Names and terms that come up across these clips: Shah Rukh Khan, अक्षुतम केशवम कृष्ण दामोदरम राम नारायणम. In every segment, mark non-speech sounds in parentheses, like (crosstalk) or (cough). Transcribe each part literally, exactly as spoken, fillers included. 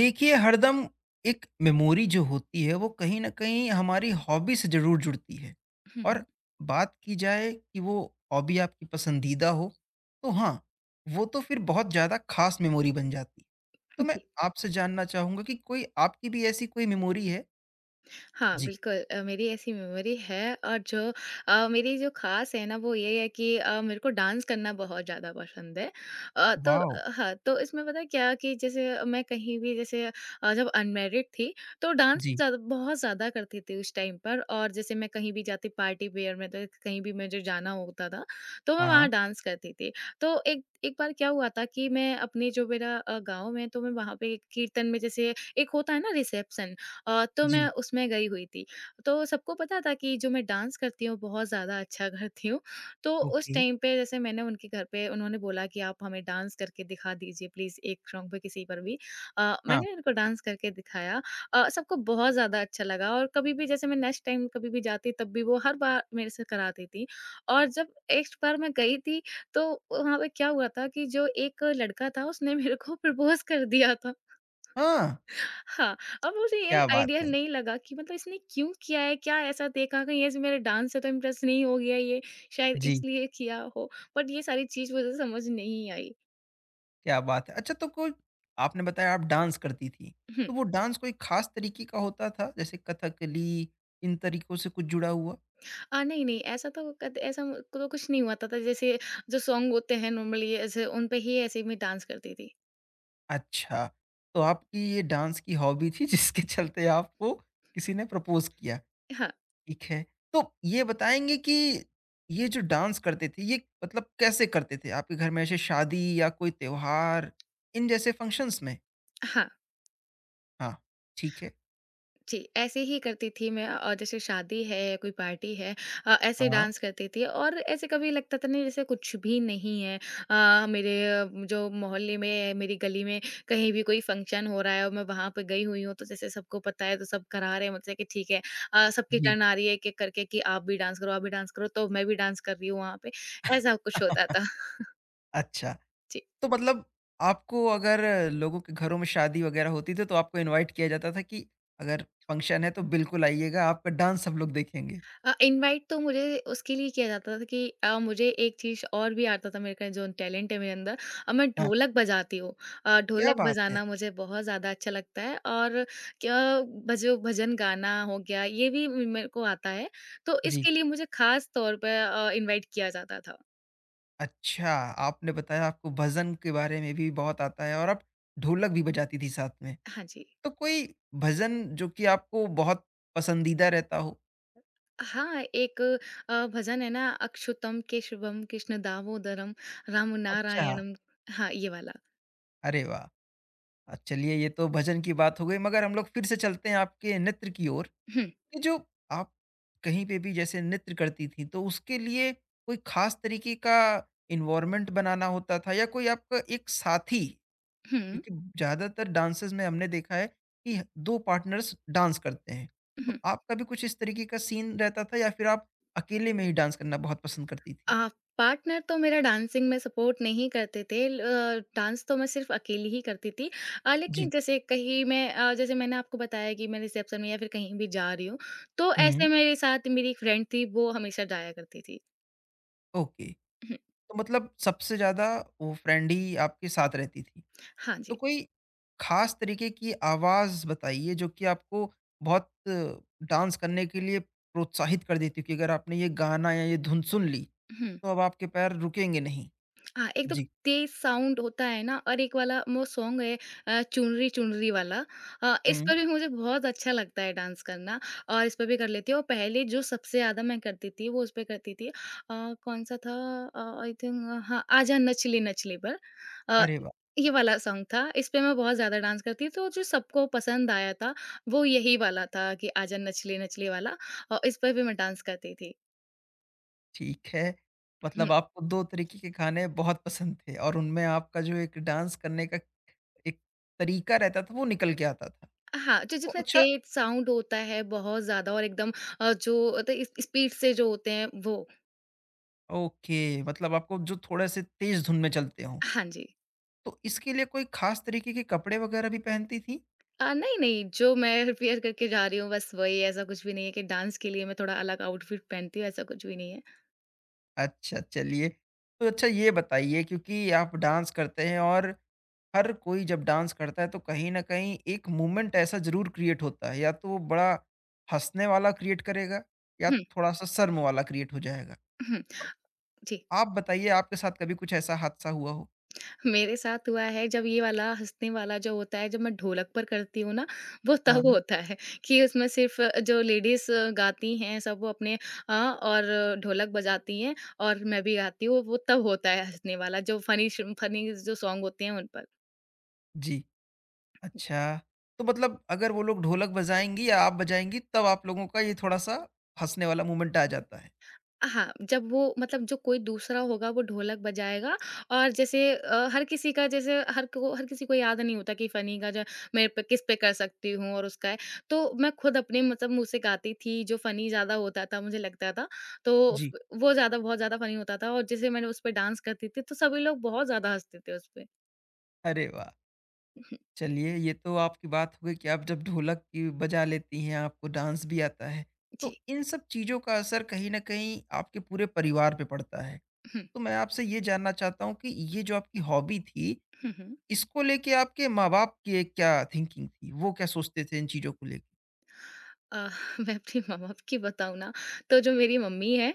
देखिए हरदम एक memory जो होती है वो कहीं न कहीं हमारी हॉबी से ज़रूर जुड़ती है। और हम्म। बात की जाए कि वो हॉबी आपकी पसंदीदा हो, तो हाँ, वो तो फिर बहुत ज़्यादा ख़ास मेमोरी बन जाती है। तो मैं जी। आपसे जानना चाहूँगा कि कोई आपकी भी ऐसी कोई मेमोरी है? हाँ, जी। बिल्कुल। अ, मेरी ऐसी मेमोरी है और जो अ, मेरी जो खास है ना वो ये है कि अ, मेरे को डांस करना बहुत ज़्यादा पसंद है। अ, तो वॉव! अ, हाँ, तो इसमें पता है क्या कि जैसे मैं कहीं भी, जैसे अ, जब अनमेरिड थी तो डांस जी। ज़्यादा बहुत ज़्यादा करती थी उस टाइम पर। और जैसे मैं कहीं भी जाती, पार्टी वेयर में तो कहीं भी मुझे जाना होता था तो मैं हाँ, वहाँ डांस करती थी। तो एक एक बार क्या हुआ था कि मैं अपने जो मेरा अ, गांव में, तो मैं वहाँ पे कीर्तन में जैसे एक होता है ना, रिसेप्शन, अ, तो मैं जी। उसमें गई हुई थी। तो सबको पता था कि जो मैं डांस करती हूँ बहुत ज़्यादा अच्छा (laughs) करती हूँ। तो उस ओके। टाइम पे जैसे मैंने उनके घर पे, उन्होंने बोला कि आप हमें डांस करके दिखा दीजिए प्लीज़, एक सॉन्ग पे, किसी पर भी। अ, हाँ। मैंने उनको डांस करके दिखाया। अ, सबको बहुत ज़्यादा अच्छा लगा और कभी भी जैसे मैं नेक्स्ट टाइम कभी भी जाती तब भी वो हर बार मेरे से कराती थी। और जब एक बार मैं गई थी तो वहाँ पे क्या हुआ था कि जो एक लड़का था उसने मेरे को (laughs) प्रपोज़ कर दिया था। हाँ, हाँ, अब मुझे ये क्या बात आइडिया है! नहीं लगा कि मतलब इसने क्यों किया है? क्या ऐसा देखा, कहीं ऐसे मेरे डांस से तो इम्प्रेस नहीं हो गया ये, शायद जी। इसलिए किया हो। बट ये सारी चीज़ मुझे समझ नहीं आई। क्या बात है! अच्छा तो कोई आपने बताया आप डांस करती थीं, हुँ। तो वो डांस कोई ख़ास तरीके का होता था जैसे कथकली इन तरीकों से कुछ जुड़ा हुआ? अ, नहीं, नहीं, ऐसा तो कद ऐसा म तो कुछ नहीं हुआ था था, जैसे जो सॉन्ग होते हैं नॉर्मली, ऐसे उन पे ही ऐसे ही मैं डांस करती थी। अच्छा, तो आपकी ये डांस की हॉबी थी जिसके चलते आपको किसी ने प्रपोज़ किया, हाँ। ठीक है। तो ये बताएँगे कि ये जो डांस करते थे ये मतलब कैसे करते थे? आपके घर में ऐसे शादी या कोई त्योहार इन जैसे फ़ंक्शंस में? हाँ। हाँ, ठीक है। जी, ऐसे ही करती थी मैं। और जैसे शादी है या कोई पार्टी है, अ, ऐसे हाँ, डांस करती थी। और ऐसे कभी लगता था नहीं जैसे कुछ भी नहीं है। अ, मेरे अ, जो मोहल्ले में, मेरी गली में कहीं भी कोई फंक्शन हो रहा है और मैं वहां पर गई हुई हूँ, तो जैसे सबको पता है तो सब करा रहे हैं मुझसे कि ठीक है। अ, सबकी जी। टर्न आ रही है कि करके कि आप भी डांस करो, आप भी डांस करो, तो मैं भी डांस कर रही हूँ वहां पे। ऐसा कुछ होता था। (laughs) अच्छा। जी। तो मतलब आपको अगर लोगों के घरों में शादी वगैरह होती थी तो आपको इनवाइट किया जाता था कि अगर फंक्शन है तो बिल्कुल आइएगा, आपका डांस सब लोग देखेंगे। इनवाइट तो मुझे उसके लिए किया जाता था कि अ, मुझे एक चीज़ और भी आता था। मेरे का जो टैलेंट है मेरे अंदर, अब मैं हाँ। ढोलक बजाती हूँ। अ, क्या ढोलक बात है! बजाना मुझे बहुत ज़्यादा अच्छा लगता है। और क्या, भजो भजन गाना हो गया, ये भी मेरे को आता है। तो जी। इसके लिए मुझे खास तौर पर इनवाइट किया जाता था। अच्छा, आपने बताया आपको भजन के बारे में भी बहुत आता है और आप ढोलक भी बजाती थी साथ में। हाँ जी। तो कोई भजन जो कि आपको बहुत पसंदीदा रहता हो? हाँ, एक अ, भजन है ना, अक्षुतम केशवम कृष्ण दामोदरम, राम अच्छा, नारायणम। हाँ, ये वाला। अरे वाह! अ, चलिए ये तो भजन की बात हो गई मगर हम लोग फिर से चलते हैं आपके नृत्य की ओर। हम्म। कि जो आप कहीं पे भी जैसे नृत्य करती थी तो उसके लिए कोई खास तरीके का इन्वायरमेंट बनाना होता था या कोई आपका एक साथी हम्म। क्योंकि ज्यादातर डांसेस में हमने देखा है कि दो पार्टनर्स डांस करते हैं तो हम्म। आपका भी कुछ इस तरीके का सीन रहता था या फिर आप अकेले में ही डांस करना बहुत पसंद करती थी। अ, पार्टनर तो मेरा डांसिंग में सपोर्ट नहीं करते थे, ल- अ, डांस तो मैं सिर्फ अकेली ही करती थी। अ, जी। लेकिन जैसे कहीं मैं, अ, जैसे मैंने आपको बताया कि मैं रिसेप्शन में या फिर कहीं भी जा रही हूँ, तो हम्म। ऐसे मेरे साथ मेरी एक फ्रेंड थी, वो हमेशा जाया करती थी। ओके। हुँ। तो मतलब सबसे ज्यादा वो फ्रेंड ही आपके साथ रहती थी। हाँ तो जी। कोई खास तरीके की आवाज़ बताइए जो कि आपको बहुत डांस करने के लिए प्रोत्साहित कर देती हो कि अगर आपने ये गाना या ये धुन सुन ली हुँ। तो अब आपके पैर रुकेंगे नहीं? हाँ, एकदम जी। तेज साउंड होता है ना। और एक वाला वो सॉन्ग है, अ, चुनरी चुनरी वाला, अ, इस हुँ। पर भी मुझे बहुत अच्छा लगता है डांस करना और इस पर भी कर लेती हूँ। और पहले जो सबसे ज़्यादा मैं करती थी वो उस पे करती थी। अ, कौन सा था, आई थिंक, हाँ, आजा नचली नचली पर, अ, अरे वाह! ये वाला सॉन्ग था, इस पे मैं बहुत ज़्यादा डांस करती थी। तो जो सबको पसंद आया था वो यही वाला था कि आजा नचली नचली वाला। और इस पर भी मैं डांस करती थी। ठीक है। मतलब आपको दो तरीके के गाने बहुत पसंद थे और उनमें आपका जो एक डांस करने का एक तरीका रहता था वो निकल के आता था। हाँ, जो तो जितना अच्छा। तेज साउंड होता है बहुत ज़्यादा और एकदम, अ, जो त इस स्पीड से जो होते हैं वो। ओके, मतलब आपको जो थोड़े-से तेज़ धुन में चलते हों। हाँ जी। तो इसके लिए कोई खास तरीके के कपड़े वगैरह भी पहनती थी? अ, नहीं, नहीं, जो मैं प्रिपेयर करके जा रही हूँ बस वही। ऐसा कुछ भी नहीं है कि डांस के लिए मैं थोड़ा अलग आउटफिट पहनती हूँ, ऐसा कुछ भी नहीं है। अच्छा, चलिए। तो अच्छा ये बताइए क्योंकि आप डांस करते हैं और हर कोई जब डांस करता है तो कहीं न कहीं एक मूवमेंट ऐसा ज़रूर क्रिएट होता है या तो वो बड़ा हँसने वाला क्रिएट करेगा या हुँ। थोड़ा-सा शर्म वाला क्रिएट हो जाएगा। हुँ। तो जी। आप बताइए आपके साथ कभी कुछ ऐसा हादसा हुआ हो? मेरे साथ हुआ है। जब ये वाला हँसने वाला जो होता है, जब मैं ढोलक पर करती हूँ ना वो हाँ, तब हाँ। होता है, कि उसमें सिर्फ जो लेडीज़ गाती हैं सब, वो अपने अ, और ढोलक बजाती हैं और मैं भी गाती हूँ, वो तब होता है हँसने वाला। जो फनी, फनी जो सॉन्ग होते हैं उन पर। जी, अच्छा। तो मतलब अगर वो लोग ढोलक बजाएँगी या आप बजाएँगी तब आप लोगों का ये थोड़ा-सा हँसने वाला मूवमेंट आ जाता है। हाँ, जब वो मतलब जो कोई दूसरा होगा वो ढोलक बजाएगा। और जैसे अ, हर किसी का जैसे हर को हर किसी को याद नहीं होता कि फ़नी का जो, मेरे पे, किस पे कर सकती हूँ और उसका है। तो मैं खुद अपने मतलब मुँह से गाती थी, जो फ़नी ज़्यादा होता था मुझे लगता था, तो जी, फ वो ज़्यादा बहुत ज़्यादा फ़नी होता था। और जैसे मैंने उस पे डांस करती थी तो सभी लोग बहुत ज़्यादा हँसते थे उस पे। अरे वाह! (laughs) चलिए, ये तो आपकी बात हो गई कि आप जब ढोलक की बजा लेती हैं, आपको डांस भी आता है। तो जी। इन सब चीज़ों का असर कहीं न कहीं आपके पूरे परिवार पे पड़ता है। हुँ। तो मैं आपसे ये जानना चाहता हूँ कि ये जो आपकी हॉबी थी, हुँ। हुँ। इसको लेके आपके माँ-बाप की क्या थिंकिंग थी? वो क्या सोचते थे इन चीज़ों को लेके? अ, (laughs) मैं अपनी माँ-बाप की बताऊँ ना, तो जो मेरी मम्मी है,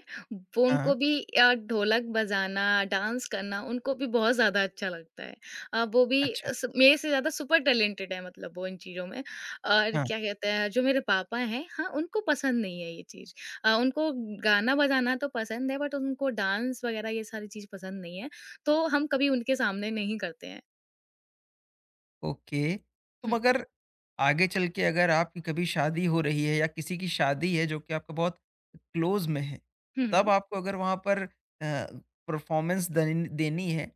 वो, हाँ, उनको भी अ, ढोलक बजाना, डांस करना, उनको भी बहुत ज़्यादा अच्छा लगता है। अ, वो भी अच्छा। स मेरे से ज़्यादा सुपर टैलेंटेड है, मतलब वो इन चीज़ों में। और हाँ। क्या कहते हैं, जो मेरे पापा हैं, हाँ, उनको पसंद नहीं है ये चीज़। अ, उनको गाना बजाना तो पसंद है बट उनको डांस वगैरह ये सारी चीज़ पसंद नहीं है, तो हम कभी उनके सामने नहीं करते हैं। ओके। तो हुँ। मगर आगे चल के अगर आपकी कभी शादी हो रही है या किसी की शादी है जो कि आपका बहुत क्लोज़ में है, हुँ। तब हुँ। आपको अगर वहाँ पर अ, परफ़ॉर्मेंस दन देनी है,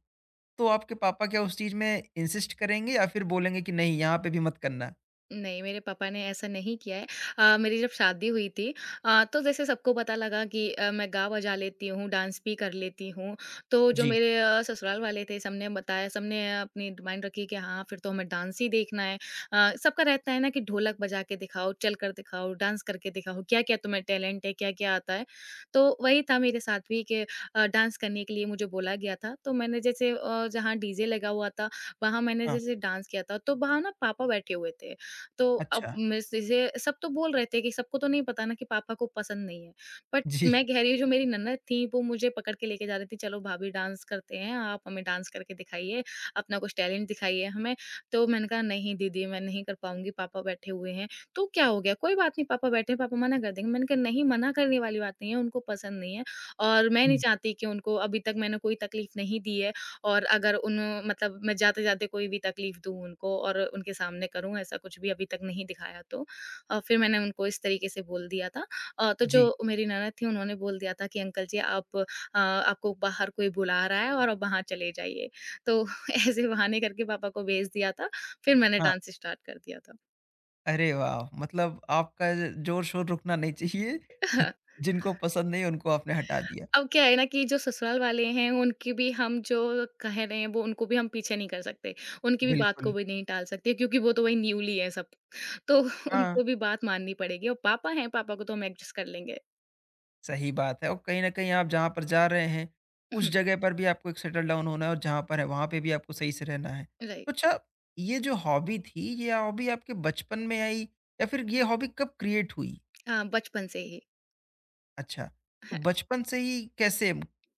तो आपके पापा क्या उस चीज़ में इंसिस्ट करेंगे या फिर बोलेंगे कि नहीं यहाँ पे भी मत करना? नहीं, मेरे पापा ने ऐसा नहीं किया है। अ, मेरी जब शादी हुई थी, अ, तो जैसे सबको पता लगा कि अ, मैं गा बजा लेती हूँ, डांस भी कर लेती हूँ। तो जो जी, मेरे अ, ससुराल वाले थे, सबने बताया, सबने अपनी डिमांड रखी कि हाँ, फिर तो हमें डांस ही देखना है। अ, सबका रहता है ना कि ढोलक बजा के दिखाओ, चल कर दिखाओ, डांस करके दिखाओ, क्या-क्या तुम्हें टैलेंट है, क्या-क्या आता है। तो वही था मेरे साथ भी कि अ, डांस करने के लिए मुझे बोला गया था। तो मैंने जैसे, अ, जहाँ डीजे लगा हुआ था, वहाँ मैंने हाँ, जैसे डांस किया था, तो वहाँ ना पापा बैठे हुए थे। तो अब अच्छा, मैं जैसे, सब तो बोल रहे थे कि सबको तो नहीं पता ना कि पापा को पसंद नहीं है। बट जी, मैं कह रही हूँ, जो मेरी ननद थी वो मुझे पकड़ के लेके जा रही थी, चलो भाभी डांस करते हैं, आप हमें डांस करके दिखाइए, अपना कुछ टैलेंट दिखाइए हमें। तो मैंने कहा नहीं दीदी, मैं नहीं कर पाऊँगी, पापा बैठे हुए हैं। तो क्या हो गया? कोई बात नहीं, पापा बैठे हैं, पापा मना कर देंगे। मैंने कहा नहीं, मना करने वाली बात नहीं है, उनको पसंद नहीं है, और मैं नहीं हुँ, चाहती कि, उनको अभी तक मैंने कोई तकलीफ नहीं दी है। और अगर उन मतलब, मैं जाते-जाते कोई भी तकलीफ दूँ उनको और उनके सामने करूँ, ऐसा कुछ भी अभी तक नहीं दिखाया तो। अ, फिर मैंने उनको इस तरीके से बोल दिया था। अ, तो जी, जो मेरी ननद थी उन्होंने बोल दिया था कि अंकल जी, आप अ, आपको बाहर कोई बुला रहा है और आप वहाँ चले जाइए। तो (laughs) ऐसे बहाने करके पापा को भेज दिया था, फिर मैंने हाँ। डांस स्टार्ट कर दिया था। अरे वाह! मतलब आपका ज़ोर-शोर रुकना नहीं चाहिए, (laughs) (laughs) जिनको पसंद नहीं उनको आपने हटा दिया। अब क्या है ना कि जो ससुराल वाले हैं उनकी भी हम जो कह रहे हैं वो उनको भी हम पीछे नहीं कर सकते। उनकी भी बात को बिल्कुल, भी नहीं टाल सकते, क्योंकि वो तो वही न्यूली है सब। तो (laughs) हाँ। उनको भी बात माननी पड़ेगी, और पापा हैं, पापा को तो हम एडजस्ट कर लेंगे। सही बात है और कहीं न कहीं आप जहाँ पर जा रहे हैं, उस (laughs) जगह पर भी आपको एक सेटल डाउन होना है और जहाँ पर है, वहाँ पे भी आपको सही से रहना है। (clears throat) राइट। तो अच्छा, ये जो हॉबी थी, ये हॉबी आपके बचपन में आई या फिर ये हॉबी कब क्रिएट हुई? हाँ, बचपन से ही अच्छा, तो बचपन से ही कैसे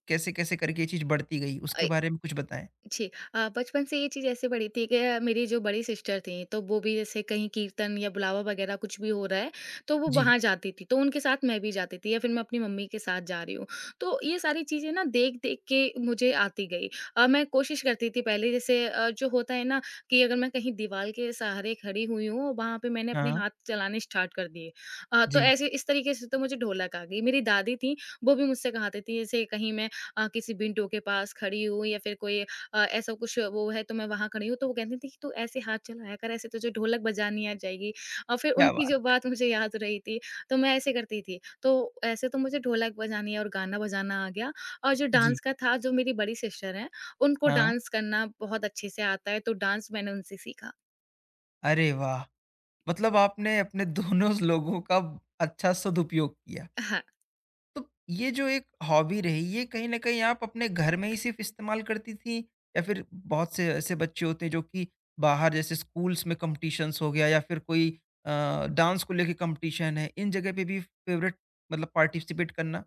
कैसे-कैसे करके ये चीज़ बढ़ती गई, उसके है। बारे में कुछ बताएँ? जी। अ, बचपन से ये चीज़ ऐसे पड़ी थी कि अ, मेरी जो बड़ी सिस्टर थीं, तो वो भी जैसे कहीं कीर्तन या बुलावा वगैरह कुछ भी हो रहा है, तो वो जी, वहाँ जाती थी। तो उनके साथ मैं भी जाती थी या फिर मैं अपनी मम्मी के साथ जा रही हूँ। तो ये सारी चीज़ें ना देख-देख के मुझे आती गई। अ, मैं कोशिश करती थी पहले, जैसे अ, जो होता है ना कि अगर मैं कहीं दीवार के सहारे खड़ी हुई हूँ और वहाँ पे मैंने अपने हाँ, हाथ चलाने स्टार्ट कर दिए। अ, तो जी, ऐसे इस तरीके से तो मुझे ढोलक आ गई। मेरी दादी थीं, वो भी मुझसे कहाती थी, जैसे कहीं मैं अ, किसी विंडो के पास खड़ी हूँ या फिर कोई अ, ऐसा कुछ वो है तो मैं वहाँ खड़ी हूँ। तो वो कहती थी कि तू ऐसे हाथ चलाया कर, ऐसे तुझे ढोलक बजानी आ जाएगी। और फिर क्या उनकी जो बात! बात मुझे याद रही थी, तो मैं ऐसे करती थी। तो ऐसे तो मुझे ढोलक बजानी और गाना बजाना आ गया। और जो जी, डांस का था, जो मेरी बड़ी सिस्टर हैं, उनको हाँ। डांस करना बहुत अच्छे से आता है, तो डांस मैंने उनसे सीखा। अरे वाह! मतलब आपने अपने दोनों लोगों का अच्छा सदुपयोग किया। तो ये जो एक हॉबी रही, ये कहीं न कहीं आप अपने घर में ही सिर्फ़ इस्तेमाल करती थीं या फिर बहुत से ऐसे बच्चे होते हैं जो कि बाहर जैसे स्कूल्स में कॉम्पिटिशन्स हो गया या फिर कोई अ, डांस को लेके कॉम्पिटिशन है, इन जगह पे भी फ़ेवरेट मतलब पार्टिसिपेट करना?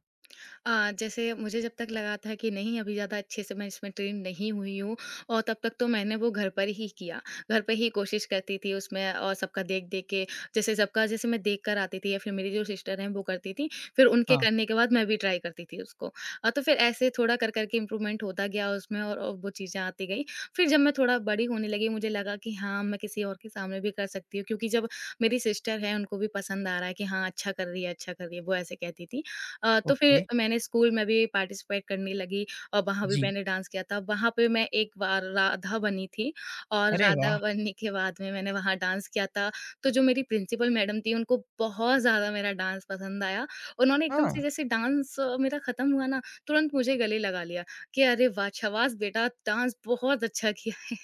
अ, जैसे मुझे जब तक लगा था कि नहीं, अभी ज़्यादा अच्छे से मैं इसमें ट्रेन नहीं हुई हूँ, और तब तक तो मैंने वो घर पर ही किया। घर पे ही कोशिश करती थी उसमें और सबका देख-देख के, जैसे सबका, जैसे मैं देख कर आती थी या फिर मेरी जो सिस्टर हैं वो करती थीं, फिर उनके हाँ, करने के बाद मैं भी ट्राई करती थी उसको। अ, तो फिर ऐसे थोड़ा कर कर के इम्प्रूवमेंट होता गया उसमें और और वो चीज़ें आती गईं। फिर जब मैं थोड़ा बड़ी होने लगी मुझे लगा कि हाँ, मैं किसी और के सामने भी कर सकती हूँ, क्योंकि जब मेरी सिस्टर है उनको भी पसंद आ रहा है कि हाँ, अच्छा कर रही है, अच्छा कर रही है, वो ऐसे कहती थीं। अ, तो फिर ओके, मैंने स्कूल में भी पार्टिसिपेट करने लगी और वहाँ भी जी। मैंने डांस किया था। वहाँ पे मैं एक बार राधा बनी थी और अरे वाह! राधा बनने के बाद में मैंने वहाँ डांस किया था। तो जो मेरी प्रिंसिपल मैडम थी उनको बहुत ज़्यादा मेरा डांस पसंद आया। उन्होंने एकदम हाँ, से जैसे डांस मेरा खत्म हुआ ना, तुरंत मुझे गले लगा लिया कि अरे वाह! शाबाश बेटा, डांस बहुत अच्छा किया है।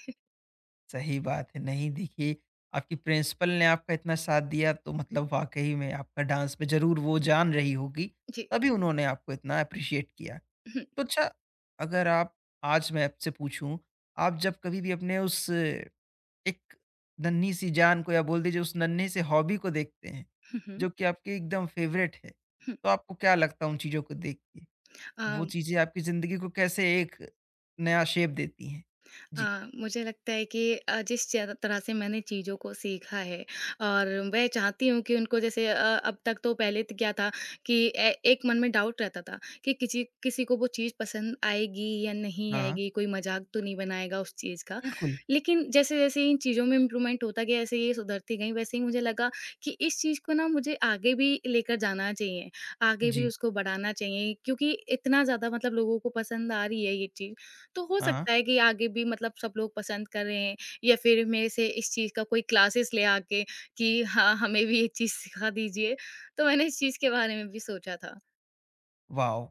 सही बात है। नहीं देखिए, आपकी प्रिंसिपल ने आपका इतना साथ दिया तो मतलब वाक़ई में आपका डांस में ज़रूर वो जान रही होगी, जी। तभी उन्होंने आपको इतना एप्रिशिएट किया। (laughs) तो अच्छा अगर आप आज मैं आपसे पूछूं आप जब कभी भी अपने उस एक नन्ही सी जान को या बोल दीजिए उस नन्हे से हॉबी को देखते हैं हुँ, हुँ, हुँ, जो कि आपकी एकदम फेवरेट है हुँ। तो आपको क्या लगता है उन चीज़ों को देख के अ वो चीज़ें आपकी ज़िंदगी को कैसे एक नया शेप देती हैं। अ, जी। मुझे लगता है कि अ, जिस च- तरह से मैंने चीज़ों को सीखा है और मैं चाहती हूँ कि उनको जैसे अ, अब तक, तो पहले तो क्या था कि ए- एक मन में डाउट रहता था कि किसी किसी को वो चीज़ पसंद आएगी या नहीं हाँ, आएगी, कोई मजाक तो नहीं बनाएगा उस चीज़ का। बिल्कुल। लेकिन जैसे जैसे इन चीज़ों में इम्प्रूवमेंट होता गया, ऐसे ये सुधरती गई, वैसे ही मुझे लगा कि इस चीज़ को ना मुझे आगे भी लेकर जाना चाहिए, आगे भी जी। उसको बढ़ाना चाहिए, क्योंकि इतना ज़्यादा मतलब लोगों को पसंद आ रही है ये चीज़। तो हो हाँ। सकता है कि आगे भी मतलब सब लोग पसंद कर रहे हैं या फिर मेरे से इस चीज़ का कोई क्लासेस ले आके कि हाँ, हमें भी ये चीज़ सिखा दीजिए। तो मैंने इस चीज़ के बारे में भी सोचा था। वाह!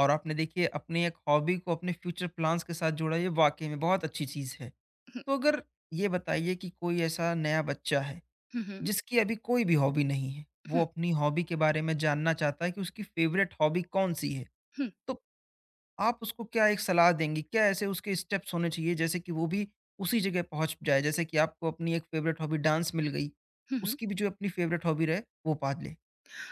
और आपने देखिए अपने एक हॉबी को अपने फ्यूचर प्लान्स के साथ जोड़ा, ये वाकई में बहुत अच्छी चीज़ है। (laughs) तो अगर ये बताइए कि कोई ऐसा नया बच्चा है हुँ, हुँ, हुँ, जिसकी अभी कोई भी हॉबी नहीं है। वो हुँ, अपनी हॉबी के बारे में जानना चाहता है कि उसकी फ़ेवरेट हॉबी कौन-सी है? हुँ, तो आप उसको क्या एक सलाह देंगी? क्या ऐसे उसके स्टेप्स होने चाहिए जैसे कि वो भी उसी जगह पहुँच जाए? जैसे कि आपको अपनी एक फ़ेवरेट हॉबी डांस मिल गई, हुँ, हुँ। उसकी भी जो अपनी फ़ेवरेट हॉबी रहे वो पा ले?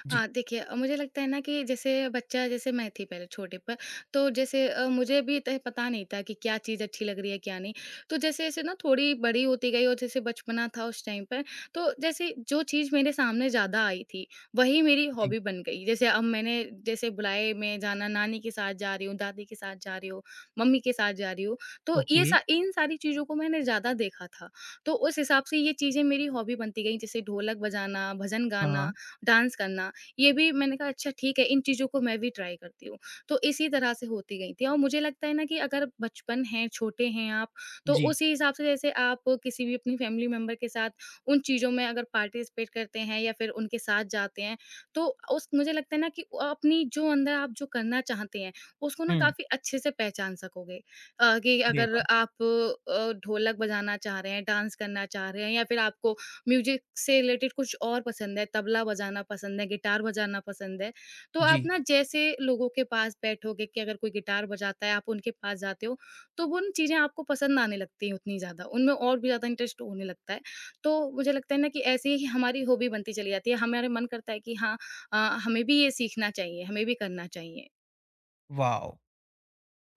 जी। अ, देखिए, अ, मुझे लगता है ना कि जैसे बच्चा, जैसे मैं थी पहले छोटे पर, तो जैसे अ, मुझे भी त पता नहीं था कि क्या चीज़ अच्छी लग रही है, क्या नहीं। तो जैसे-जैसे ना थोड़ी बड़ी होती गई और जैसे बचपना था उस टाइम पर, तो जैसे जो चीज़ मेरे सामने ज़्यादा आई थी, वही मेरी जी, हॉबी बन गई। जैसे अब मैंने, जैसे बुलाए में जाना, नानी के साथ जा रही हूँ, दादी के साथ जा रही हूँ, मम्मी के साथ जा रही हूँ, तो ओके। ये सा इन सारी चीज़ों को मैंने ज़्यादा देखा था। तो उस हिसाब से ये चीज़ें मेरी हॉबी बनती गई, जैसे ढोलक बजाना, भजन हाँ, गाना, हाँ। डांस करना। ये भी मैंने कहा अच्छा ठीक है, इन चीज़ों को मैं भी ट्राई करती हूँ। तो इसी तरह से होती गई थी। और मुझे लगता है ना कि अगर बचपन है, छोटे हैं आप, तो जी। उसी हिसाब से जैसे आप किसी भी अपनी फैमिली मेंबर के साथ उन चीज़ों में अगर पार्टिसिपेट करते हैं या फिर उनके साथ जाते हैं, तो उस मुझे लगता है ना कि अ, अपनी जो अंदर आप जो करना चाहते हैं, उसको ना हुँ। काफ़ी अच्छे से पहचान सकोगे। अ, कि अरे अगर वाह! आप अ, ढोलक बजाना चाह रहे हैं, डांस करना चाह रहे हैं या फिर आपको म्यूज़िक से रिलेटेड कुछ और पसंद है, तबला बजाना पसंद है, गिटार बजाना पसंद है। तो आप जी। ना जैसे लोगों के पास बैठोगे, कि अगर कोई गिटार बजाता है, आप उनके पास जाते हो, तो वो ना चीज़ें आपको पसंद आने लगती हैं उतनी ज़्यादा, उनमें और भी ज़्यादा इंटरेस्ट होने लगता है। तो मुझे लगता है ना कि ऐसे ही हमारी हॉबी बनती चली जाती है, हमारा मन करता है कि हाँ, अ, हमें भी ये सीखना चाहिए, हमें भी करना चाहिए। वाव!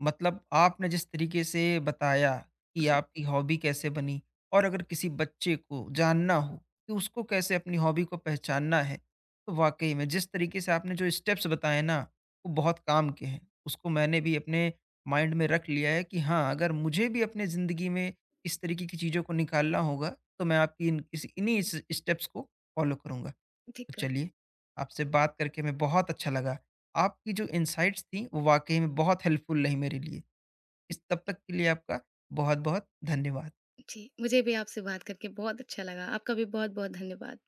मतलब आपने जिस तरीके से बताया कि आपकी हॉबी कैसे बनी और अगर किसी बच्चे को जानना हो कि उसको कैसे अपनी हॉबी को पहचानना है, तो वाकई में जिस तरीके से आपने जो स्टेप्स बताए ना वो बहुत काम के हैं। उसको मैंने भी अपने माइंड में रख लिया है कि हाँ अगर मुझे भी अपने ज़िंदगी में इस तरीके की चीज़ों को निकालना होगा तो मैं आपकी इन इस इन्हीं स्टेप्स को फॉलो करूँगा। तो ठीक है। चलिए, आपसे बात करके हमें बहुत अच्छा लगा। आपकी जो इनसाइट्स थी वो वाक़ई में बहुत हेल्पफुल रही मेरे लिए। इस तब तक के लिए आपका बहुत-बहुत धन्यवाद। जी, मुझे भी आपसे बात करके बहुत अच्छा लगा। आपका भी बहुत-बहुत धन्यवाद।